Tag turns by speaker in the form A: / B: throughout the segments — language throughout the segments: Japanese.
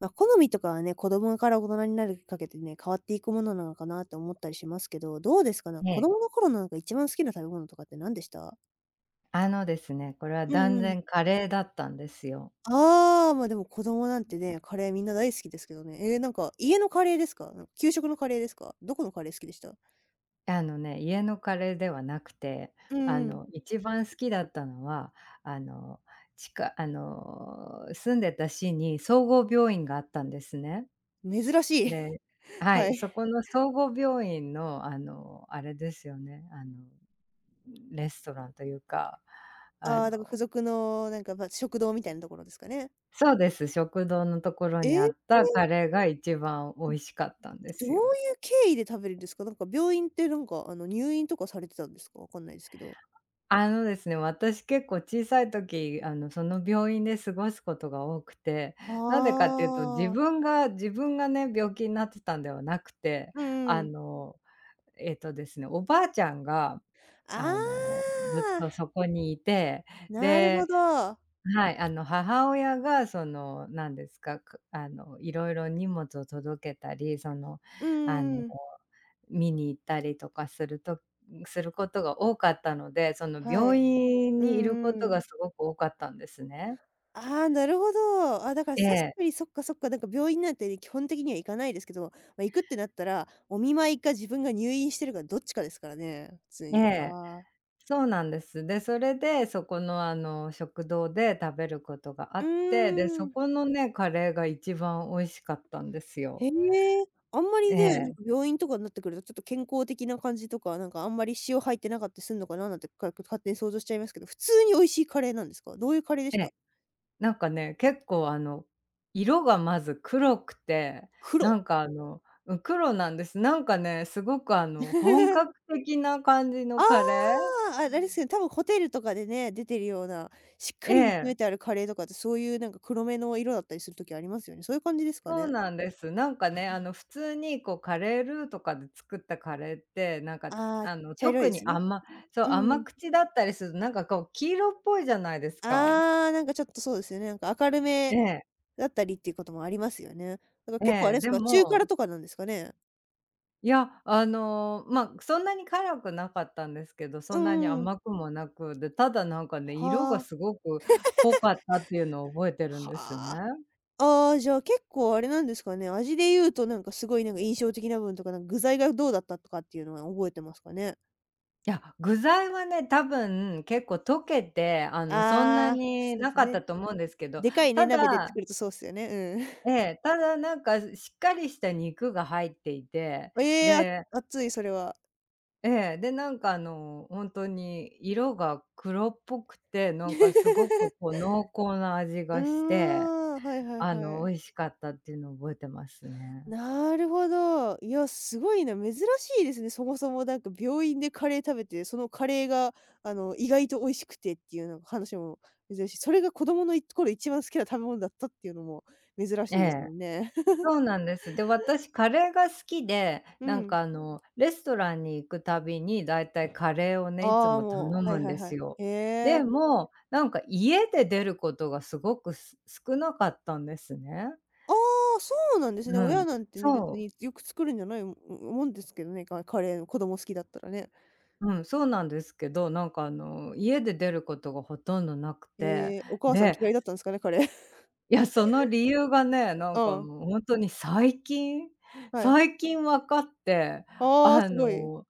A: まあ、好みとかはね、子供から大人になるかけてね、変わっていくものなのかなって思ったりしますけど、どうですか？ね、
B: え
A: 子
B: え、
A: 供の頃のなんか一番好きな食べ物とかって何でした？
B: あのですね、これは
A: うん
B: 断
A: うん。
B: 然カレーだったんですよ。
A: ああ、ま、でも子供なんてね、カレーみんな大好きですけどね。なんか家のカレーですか？なんか給食のカレーですか？どこのカレー好きでした？
B: 家のカレーではなくて、
A: うんうん。
B: 一番好きだったのは、あの、ちかあの、住んでた市に総合病院があったんですね。
A: 珍しい。
B: で、 は
A: は
B: い、
A: い。
B: そこの総合病院の、あれですよね、レストランというか、あ
A: ああ、だから付
B: の
A: 属のなんか、ま、食堂みたいなところですかね。
B: そうです、食堂のところ
A: え
B: にあ
A: え、
B: ったカレーが一番美味しかったんで
A: どう
B: す
A: い
B: よ。
A: う経緯で食べるんですか？なんか病院ってなんか入院とかされてたんですか？わかんないですけど。
B: あのですね、私結構小さい時、その病院で過ごすことが多くて、
A: あ
B: なんでかっていうと、自
A: あ。
B: 分が自分がね、病気になってたんではなくて、
A: うん
B: あ
A: うん。
B: の、えっとですね、おばあちゃんが、あの、
A: あ
B: ずっ
A: あ、
B: とそこにいて、
A: なるほ
B: で、
A: ど。
B: はい、母親がその、なんですか、いろいろ荷物を届けたり、その、
A: うん
B: あの、
A: うん。
B: 見に行ったりとかすることが多かったので、その、
A: は
B: 病
A: い。
B: 院
A: う
B: にいるこ
A: ん
B: と
A: うん。
B: がすごく多かったんですね。
A: ああ、なるほど。あ、だから
B: え
A: 確
B: え、
A: かに、そっかそっか、なんか病院なんて基本的には行かないですけど、ま、行くってなったら、お見舞いか自分が入院してるかどっちかですからね、普通
B: え
A: に。
B: え、
A: ああ。
B: そうなんです。で、それで、そこの、食堂で食べることがあ
A: う
B: って、で、
A: ー
B: そ
A: ん。
B: このね、カレーが一番美味しかったんです
A: へ
B: よ。
A: え、あんまり
B: え
A: ね、なんか
B: え、
A: 病院とかになってくると、ちょっと健康的な感じとか、なんかあんまり塩入ってなかったりすんのかななんて、勝手に想像しちゃいますけど、普通に美味しいカレーなんですか？どういうカレーでし
B: え
A: た？
B: え。なんかね、結構色がまず黒くて、な
A: 黒？
B: んかうん、黒なんです。なんかね、すごく本格 的な感じ
A: あ
B: のカレー。
A: あ、あれですよね、多分ホテルとかでね、出てるような、しっか
B: え
A: り煮詰め
B: え、
A: てあるカレーとかって、そういうなんか黒めの色だったりする時ありますよね。そういう感じですか
B: そう
A: ね？
B: なんです。なんかね、
A: うん。
B: 普通にこうカレールーとかで作ったカレーって、なんか
A: ああ、茶色い
B: 特
A: で
B: に
A: すね。
B: そう、
A: う
B: 甘
A: ん。
B: 口だったりすると、なんかこう黄色っぽいじゃないですか。
A: ああ、なんかちょっとそうですよね、なんか明る
B: え
A: め
B: え、
A: だったりっていうこともありますよね。だから
B: え
A: 結構あ
B: え、
A: れです
B: で
A: か、中辛
B: も
A: とかなんですかね？
B: いや、まあ、そんなに辛くなかったんですけど、
A: う
B: そんなに
A: んうん。
B: 甘くもなく、で、ただなんかね、色が
A: はあ、
B: すごく濃かったっていうのを覚えてるん
A: は
B: ですね。
A: あ。ああ、じゃあ結構あれなんですかね、味で言うとなんかすごいなんか印象的な部分とか、なんか具材がどうだったとかっていうのは覚えてますかね？
B: いや、具材はね、多分結構溶けて、そんな
A: ああ、
B: に
A: そうで
B: な
A: す
B: かっ
A: ね。
B: たと思うんですけど、
A: でかいね、
B: た
A: 鍋で
B: だ、
A: 作るとそうっすよね。
B: ええ、ただなんかしっかりした肉が入っていて、
A: うん。ええ、
B: で、
A: 熱い、それは。
B: ええ、で、なんか本当に色が黒っぽくて、なんかすごくこ う濃厚な味
A: うー
B: がして、
A: ん、はいはいはい。
B: 美味しかったっていうのを覚えてますね。
A: なるほど。いや、すごいな、珍しいですね。そもそもなんか病院でカレー食べて、そのカレーが、意外と美味しくてっていうのが話も珍しい。それが子供の頃一番好きな食べ物だったっていうのも珍
B: え
A: しいです
B: え、
A: もんね。
B: そうなんです。で、私カレーが好きで、
A: う
B: なん
A: ん。
B: かレストランに行くたびにだいたいカレーをね、いつ
A: ああ、
B: も頼
A: もう、はい
B: むん
A: はい
B: で
A: は
B: す
A: い。
B: よ。
A: へ
B: で
A: え。
B: も、なんか家で出ることがすごく少なかったんですね。
A: ああ、そうなんですね。
B: う
A: 親
B: ん。
A: なんてね、別
B: そう。
A: によく作るんじゃないもんですけどね、カレー、の子供好きだったらね。
B: うん、そうなんですけど、なんか家で出ることがほとんどなくて、
A: ええ、お母さん
B: で、
A: 嫌いだったんですかね、カレー。
B: いや、その理由がね、な
A: う
B: んか
A: ん、
B: もうほんとに最近
A: はい。
B: 最近分かって、
A: ああ、
B: あ
A: すごい。
B: の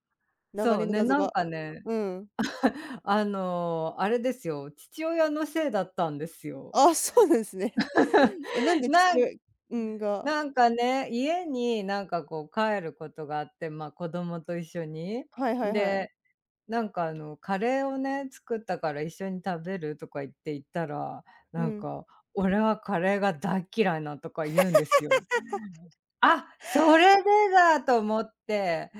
A: 長
B: そう
A: 年の
B: ね、
A: 謎
B: なん
A: が。
B: かね、
A: うん。
B: あれですよ、父親のせいだったんですよ。
A: あ、そうなんですね。え、なん で
B: な
A: 父
B: ん
A: 親、うん、が、
B: なんかね、家になんかこう帰ることがあって、ま、子供と一緒に。
A: はいはいはい。
B: で、なんかカレーをね、作ったから一緒に食べるとか言って行ったら、
A: う
B: なん
A: ん。
B: か、俺はカレーが大嫌いなとか言うんですよ。あ、それでだと思って、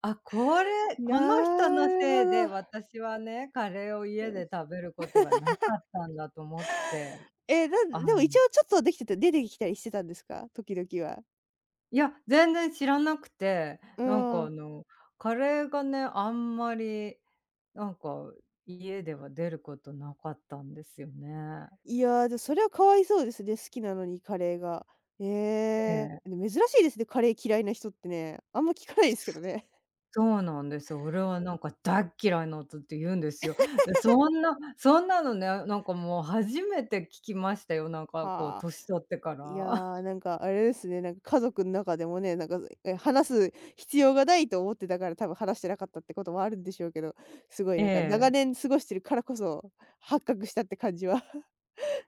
B: あ、この人
A: な
B: の
A: る
B: せ
A: ほ
B: いで
A: ど。
B: 私はね、カレーを家
A: よし。
B: で食べることがなかったんだと思って、
A: え、な
B: あ
A: んでも一
B: の
A: 応ちょっとできてて出てきたりしてたんですか？時々は。
B: いや、全然知らなくて、
A: う
B: なんか
A: ん。
B: カレーがね、あんまり、なんか家では出ることなかったんですよね。
A: いやー、で、それはかわいそうですね、好きなのにカレーが。え
B: え
A: え、
B: え。
A: でも珍しいですね、カレー嫌いな人ってね。あんま聞かないですけどね。
B: そうなんですよ。俺はなんか大っ嫌いな音って言うんですよ。で、そんなのね、なんかもう初めて聞きましたよ。なん かこう
A: はあ。
B: 年取ってか
A: いや
B: ら。
A: ー、なんかあれですね、なんか家族の中でもね、なんか、話す必要がないと思ってたから、多分話してなかったってこともあるんでしょうけど、すごい
B: え
A: なんか長
B: え。
A: 年過ごしてるからこそ、発覚したって感じは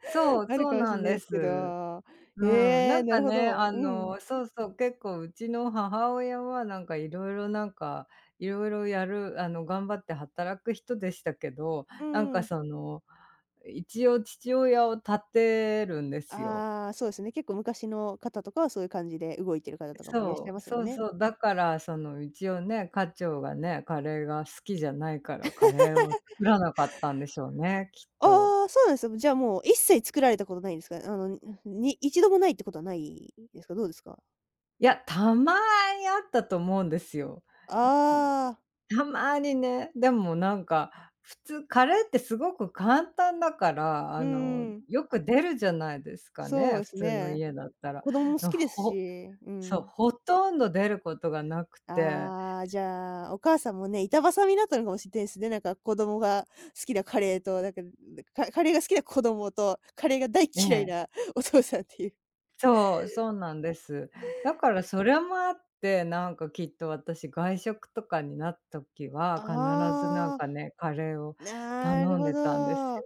B: そう、
A: ある
B: そう
A: かもし
B: な
A: ん
B: ん
A: ない
B: で
A: ですけ
B: す。
A: ど。
B: うん、
A: へえ
B: な
A: ー、
B: ん
A: な
B: か
A: るほ
B: ね、
A: ど。うん。
B: そうそう、結構うちの母親はなんかいろいろやる、頑張って働く人でしたけど、
A: う
B: なん
A: んう
B: か
A: ん。
B: その、一応父親を立てるんですよ。
A: ああ、そうですね、結構昔の方とかはそういう感じで動いてる方とかもいらっしゃ
B: そ
A: い
B: う、
A: ますよ
B: そう
A: ね。
B: そう、だからその一応ね、家長がね、カレーが好きじゃないからカレーを作らなかったんでしょうね、きっと。
A: ああ、そうなんですよ。じゃあもう一切作られたことないんですか？一度もないってことはないですか？どうですか？
B: いや、たまにあったと思うんですよ。ん、
A: ああー。
B: たまにね、でもなんか、普通カレーってすごく簡単だから、
A: うん、
B: よく出るじゃないですか
A: そう
B: ね、
A: で
B: 普
A: す
B: 通の
A: ね。
B: 家だったら。
A: 子供も好きです
B: ほ
A: し、う
B: そう、
A: ん。
B: ほとんど出ることがなくて、
A: ああ、じゃあ、お母さんもね、板挟みになったのかもしれないですね。なんか子供が好きなカレーと、なんか、カレーが好きな子供と、カレーが大
B: え
A: 嫌い
B: え。
A: な お父さんっていう。
B: そう、そうなんです。だからそれもあって、なんかきっと私外食とかになった時は、必ずなん
A: あ
B: か
A: あ、
B: ね、カレーを
A: なる
B: 頼ん
A: ほ
B: でたんです
A: ど。あ
B: よ。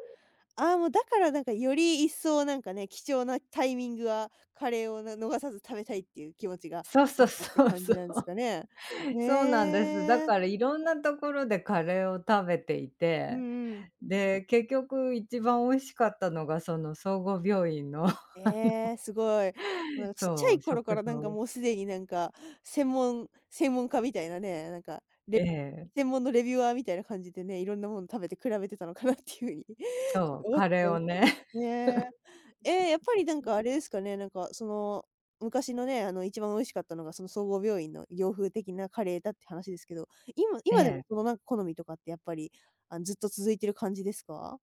A: あ、もうだからなんかより一層なんかね、貴重なタイミングはカレーを逃さず食べたいっていう気持ちが
B: そう
A: あ
B: そ
A: っ
B: う
A: たって
B: そう
A: 感じ
B: そ
A: なんです
B: う。
A: かね。へ
B: そうなんです。だ
A: え。
B: からいろんなところでカレーを食べてい
A: う
B: て、
A: んうん。
B: で、結局一番美味しかったのがその総合病院の、
A: ええ、すごい。なん かちっちゃ
B: そ
A: い
B: う、
A: 頃か
B: 食
A: らなんか
B: 堂、
A: もうすでになんか、専門家みたいなね、なんか、レ
B: ええ、
A: 専門のレビュアーみたいな感じでね、いろんなもの食べて比べてたのかなっていう風に
B: そう、
A: 思っ
B: カレ
A: た
B: ー
A: ん
B: を
A: す
B: ね、
A: よ。ね。ええ、やっぱりなんかあれですかね、なんかその、昔のね、あの一番美味しかったのがその総合病院の洋風的なカレーだって話ですけど、今
B: え
A: 今で
B: え。
A: もそのなんか好みとかってやっぱり、あのずっと続いてる感じですか？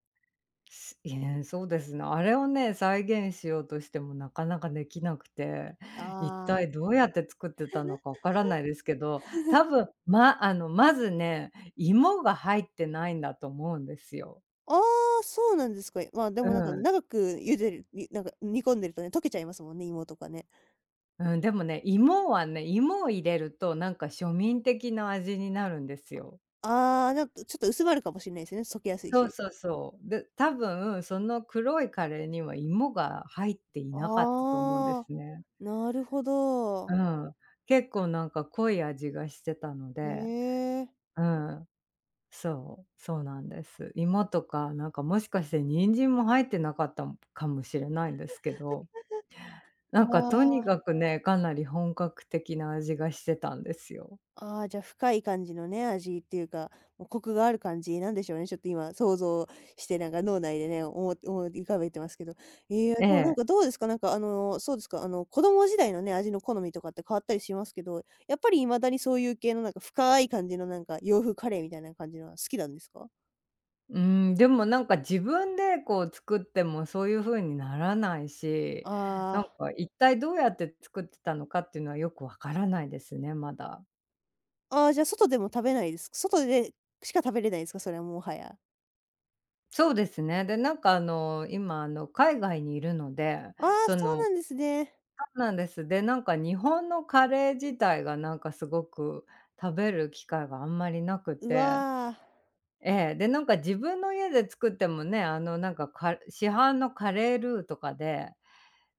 B: いえ、そうですね。あれをね、再現しようとしてもなかなかできなくて、一
A: ああ。
B: 体どうやって作ってたのかわからないですけど、多分、ままずね、芋が入ってないんだと思うんですよ。
A: ああ、そうなんですか。まあ、で
B: う
A: もなんか
B: ん。
A: 長く茹でる、になんか煮込んでるとね、溶けちゃいますもんね、芋とかね。
B: うん、でもね、芋はね、芋を入れるとなんか庶民的な味になるんですよ。
A: ああ、なんかちょっと薄まるかもしれないですね、溶けやすい
B: そう
A: し。
B: そうそう。で、多分その黒いカレーには芋が入っていなかったと思うんで
A: ああ、
B: すね。
A: なるほ
B: う
A: ど。
B: ん、結構なんか濃い味がしてたの
A: へ
B: で、
A: え。
B: うん、そう、そうなんです。芋とかなんかもしかして人参も入ってなかったんかもしれないんですけど、なん
A: ま
B: かと
A: あ
B: にかくね、かなり本格的な味がしてたんですよ。
A: じゃ、深い感じのね、味っていうか、もうコクがある感じなんでしょうね。ちょっと今想像して、なんか脳内でね、思い浮かべてますけど。ええ、で
B: え
A: もなん
B: え。
A: かどうですか？なんか、そうですか、子供時代のね、味の好みとかって変わったりしますけど、やっぱり未だにそういう系のなんか深い感じのなんか洋風カレーみたいな感じのは好きなんですか？
B: うん、でもなんか自分でこう作ってもそういう風にならないし、
A: あ
B: なん
A: あ、
B: か一体どうやって作ってたのかっていうのはよくわからないですね、まだ。
A: ああ、じゃあ、外でしか食べれないですか？それはもはや。
B: そうですね。で、なんか今海外にいるので、
A: ああ、
B: そ
A: そう
B: のそ
A: なんですね。
B: うなんです。で、なんか日本のカレー自体がなんかすごく食べる機会があんまりなく
A: う
B: て、
A: わ、
B: ええ、で、なんか自分の家で作ってもね、なんか、市販のカレールーとかで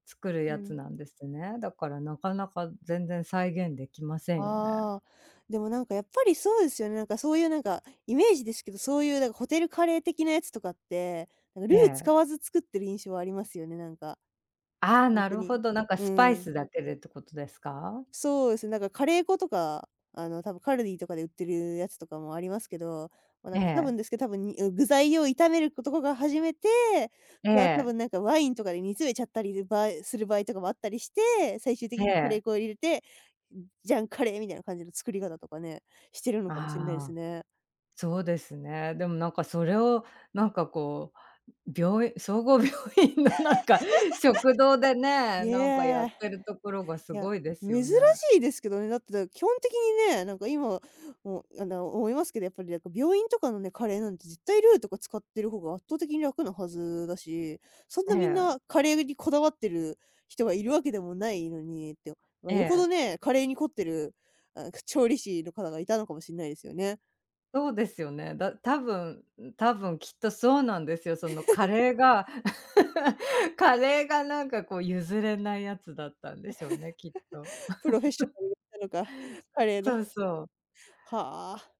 B: 作る
A: う
B: やつ
A: ん。
B: なんですね。だからなかなか全然再現できませんよね。
A: ああ、でもなんかやっぱりそうですよね。なんかそういうなんか、イメージですけど、そういうなんかホテルカレー的なやつとかって、なんかル
B: え
A: ー使
B: え。
A: わず作ってる印象はありますよね、なんか。
B: ああ、
A: ほん
B: な
A: と
B: るほ
A: に。
B: ど、なんか
A: う
B: スパイ
A: ん、
B: スだけでってことですか？
A: そうですね、なんかカレー粉とか、多分カルディとかで売ってるやつとかもありますけど、まあ、な
B: え
A: んか多分
B: え、
A: ですけど、多分に具材を炒めることが初めて、
B: え
A: まあ多
B: え、
A: 分なんかワインとかで煮詰めちゃったりするする場合とかもあったりして、最終的
B: え
A: にカレ
B: え。
A: ー粉を入れて、ジャンカレーみたいな感じの作り方とかね、してるのかもしれないです
B: ああ、
A: ね。
B: そうですね。でもなんかそれをなんかこう、病院総合 病院のなんか食堂で
A: イ
B: ね、なんかや
A: エ
B: っ
A: ーイ。
B: てるところがす
A: いや、
B: ごいです
A: 珍
B: よ
A: し
B: ね。
A: いですけどね。だって、基本的にね、なんか今、もう、思いますけど、やっぱりなんか病院とかのね、カレーなんて絶対ルーとか使ってる方が圧倒的に楽なはずだし、そん
B: え
A: なみん
B: え、
A: なカレーにこだわってる人がいるわけでもないのにって、まあ、
B: え
A: よほど
B: え、
A: ね、カレーに凝ってる、あ、調理師の方がいたのかもしれないですよね。
B: そうですよね。だ多分多分きっとそうなんですよ。そのカレーが カレーがなんかこう譲れないやつだったんでしょうね、きっと。
A: プロフェッショナルがいたのか、カレーの。
B: そうそう。
A: はあ。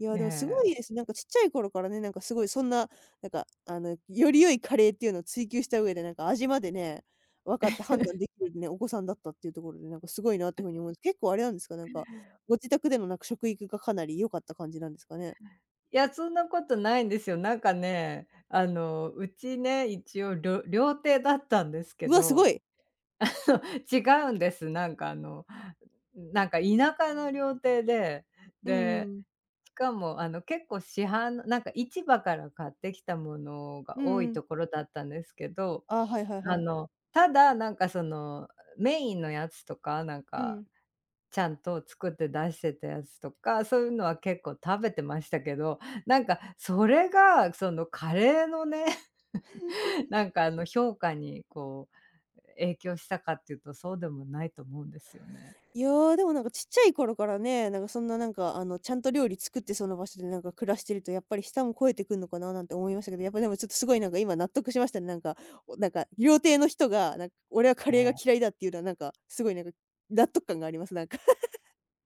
A: いや、
B: え
A: でもすごい
B: え。
A: です。なんかちっちゃい頃からね、なんかすごいそんな、なんか、より良いカレーっていうのを追求した上で、なんか味までね、分かって判断できるね、お子さんだったっていうところで、なんかすごいなっていうふうに思うんです。結構あれなんですか、なんか、ご自宅でのなんか食育がかなり良かった感じなんですかね？
B: いや、そんなことないんですよ。なんかね、うちね、一応料亭だったんですけ
A: うわ、すご
B: ど、
A: い。
B: そう、違うんです。なんかなんか田舎の料亭で、
A: うん
B: で、
A: うん。
B: しかも結構市販のなんか市場から買ってきたものが多いところだったんですけど、
A: あ、はいはいはい。
B: ただなんかそのメインのやつとか、なん
A: う
B: か
A: ん。
B: ちゃんと作って出してたやつとか、そういうのは結構食べてましたけど、なんかそれが、そのカレーのね、なんか評価にこう影響したかっていうと、そうでもないと思うんですよね。
A: いやー、でもなんかちっちゃい頃からね、なんかそんななんかちゃんと料理作ってそうな場所でなんか暮らしてるとやっぱり舌も肥えてくんのかななんて思いましたけど、やっぱでもちょっとすごいなんか今納得しましたね。なんか、おなんか料亭の人が、なんか俺はカ
B: え
A: レーが嫌
B: え。
A: いだっていうのはなんかすごいなんか納得感があります。なんか。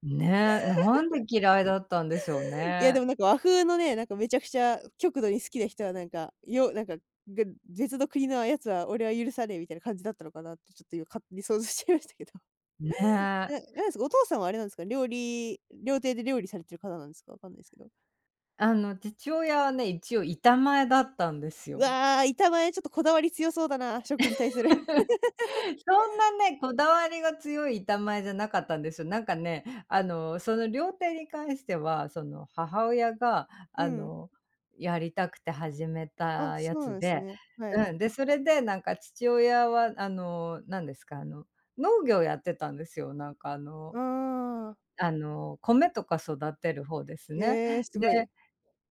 B: ねえ、なんで嫌いだったんでしょう
A: いやで
B: ね。
A: もなんか和風のね、なんかめちゃくちゃ極度に好きな人はなんか、よなんか、ぐ別の国のやつは俺は許さねえみたいな感じだったのかなってちょっと今勝手に想像しちゃいましたけど。
B: ねえ。
A: ななんですか、お父さんはあれなんですか、料理料亭で料理されてる方なんですか？わかんないですけど。
B: 父親はね、一応板前だったんです
A: う
B: よ。
A: わー、板前ちょっとこだわり強そうだな、食に対する。
B: そんなね、こだわりが強い板前じゃなかったんですよ。なんかね、その料亭に関しては、その母親が、
A: うん。
B: やりたくて始め
A: あ、
B: たや
A: そうなん
B: つ
A: です
B: で、
A: ね。はい。
B: うん、で、それでなんか父親は、なんですか、農業やってたんですよ。なんか
A: あ
B: 米とか育てる方です
A: ー
B: ね。
A: へえ、すごい。
B: で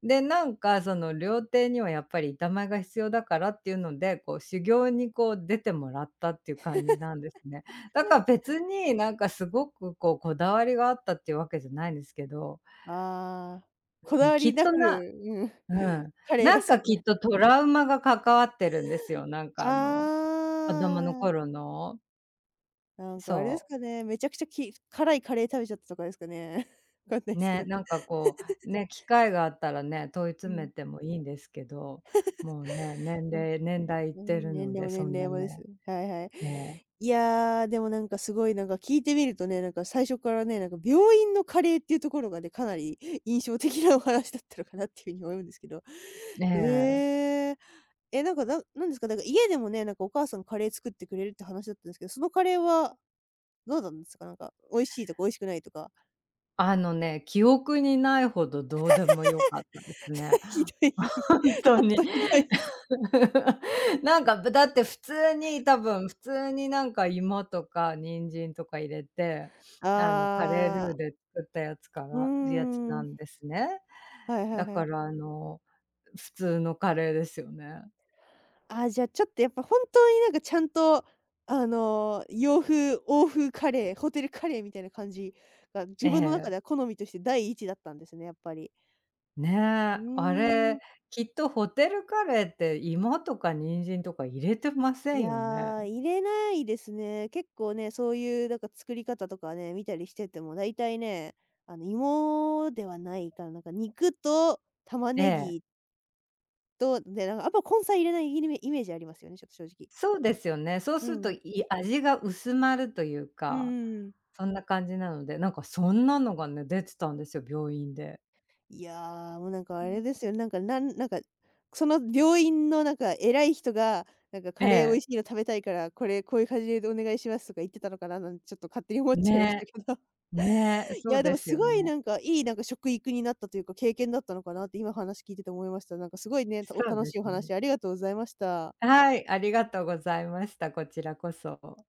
B: で、なんかその料亭にはやっぱり板前が必要だからっていうので、こう修行にこう出てもらったっていう感じなんですね。だから別になんかすごくこうこだわりがあったっていうわけじゃないんですけど、
A: あー、こ
B: う
A: だ
B: ん、
A: わ
B: き
A: り
B: っ
A: な
B: と
A: く、
B: な
A: うん、
B: う ん、
A: カレー
B: な
A: が
B: ん
A: 好き
B: か
A: だ
B: きっ
A: ね。
B: とトラウマが関わってるんですよ。なん
A: あ
B: か子供の
A: あ、
B: 頃の
A: なんかあれです
B: そ
A: かね、めちゃくちゃき辛いカレー食べちゃったとかですかね。わかんない
B: う、
A: ですけ
B: ね、
A: ど。
B: なんかこう、ね、機会があったらね、問い
A: う
B: 詰め
A: ん、
B: てもいいんですけど、もうね、年
A: うん。
B: 齢年代いってる
A: ね、年
B: の
A: 齢
B: で、
A: も
B: そ
A: 年
B: ん
A: 齢
B: な
A: もです。
B: ね、
A: はいはい。
B: ね
A: いやー、でもなんかすごいなんか聞いてみるとね、なんか最初からね、なんか病院のカレーっていうところがね、かなり 印象的なお話だったのかなっていうふうに思うんですけど。
B: え
A: へ
B: え。
A: え。え、なんか、ななんですか、なんか家でもね、なんかお母さんカレー作ってくれるって話だったんですけど、そのカレーはどうなんですか？なんか美味しいとか美味しくないとか。
B: 記憶にないほどどうでもよかったですね。
A: ひ どい、ち
B: ほんと
A: ょっ
B: に。
A: とひどい。
B: なんか、だって普通に多分、普通になんか芋とか人参とか入れて、カレール
A: あ
B: ー
A: あ、
B: で作ったやつか
A: うー
B: らやつな
A: ん。
B: んですね。
A: はいはい
B: だ
A: は
B: か
A: い。
B: ら普通のカレーですよね。
A: あ、じゃあ、ちょっとやっぱ本当になんかちゃんと、洋風、欧風カレー、ホテルカレーみたいな感じが、自
B: え
A: 分の中で
B: え。
A: は好みとして第一だったんですね、やっぱり。う
B: ね、あ
A: ー
B: れ、
A: ん。
B: きっとホテルカレーって芋とか人参とか入れてませ
A: い
B: ん
A: や
B: よね。
A: ー、入れないですね。結構ね、そういうなんか作り方とかね、見たりしてても、大体ね、芋ではないから、なんか肉と玉
B: え
A: ね
B: え。
A: ぎと、で、なんかあんま根菜入れないイメージありますよね、ちょっと正直。
B: そうですよね。そう
A: う
B: すると、
A: ん。
B: 味が薄まるという
A: うん
B: か、
A: うん。
B: そんな感じなので、なんかそんなのがね、出てたんですよ、病院で。
A: いやー、もうなんかあれですよ、なんか、なんなんか、その病院のなんか偉い人が、なんかカ
B: え
A: レー美味
B: え、
A: しいの食べたいから、これ、こういう感じでお願いしますとか言ってたのかななんてちょっと勝手に思っちゃいました
B: ね、
A: けど。
B: ね、
A: い
B: そ
A: や、
B: う
A: で
B: で
A: も
B: す
A: す
B: よ
A: ごい
B: ね。
A: なんか、いいなんか食育になったというか、経験だったのかなって今話聞いてて思いました。なんかすごいね、お
B: そう
A: 楽
B: で
A: しい
B: す
A: お
B: ね。
A: 話ありがとうございました。
B: はい、ありがとうございました。こちらこそ。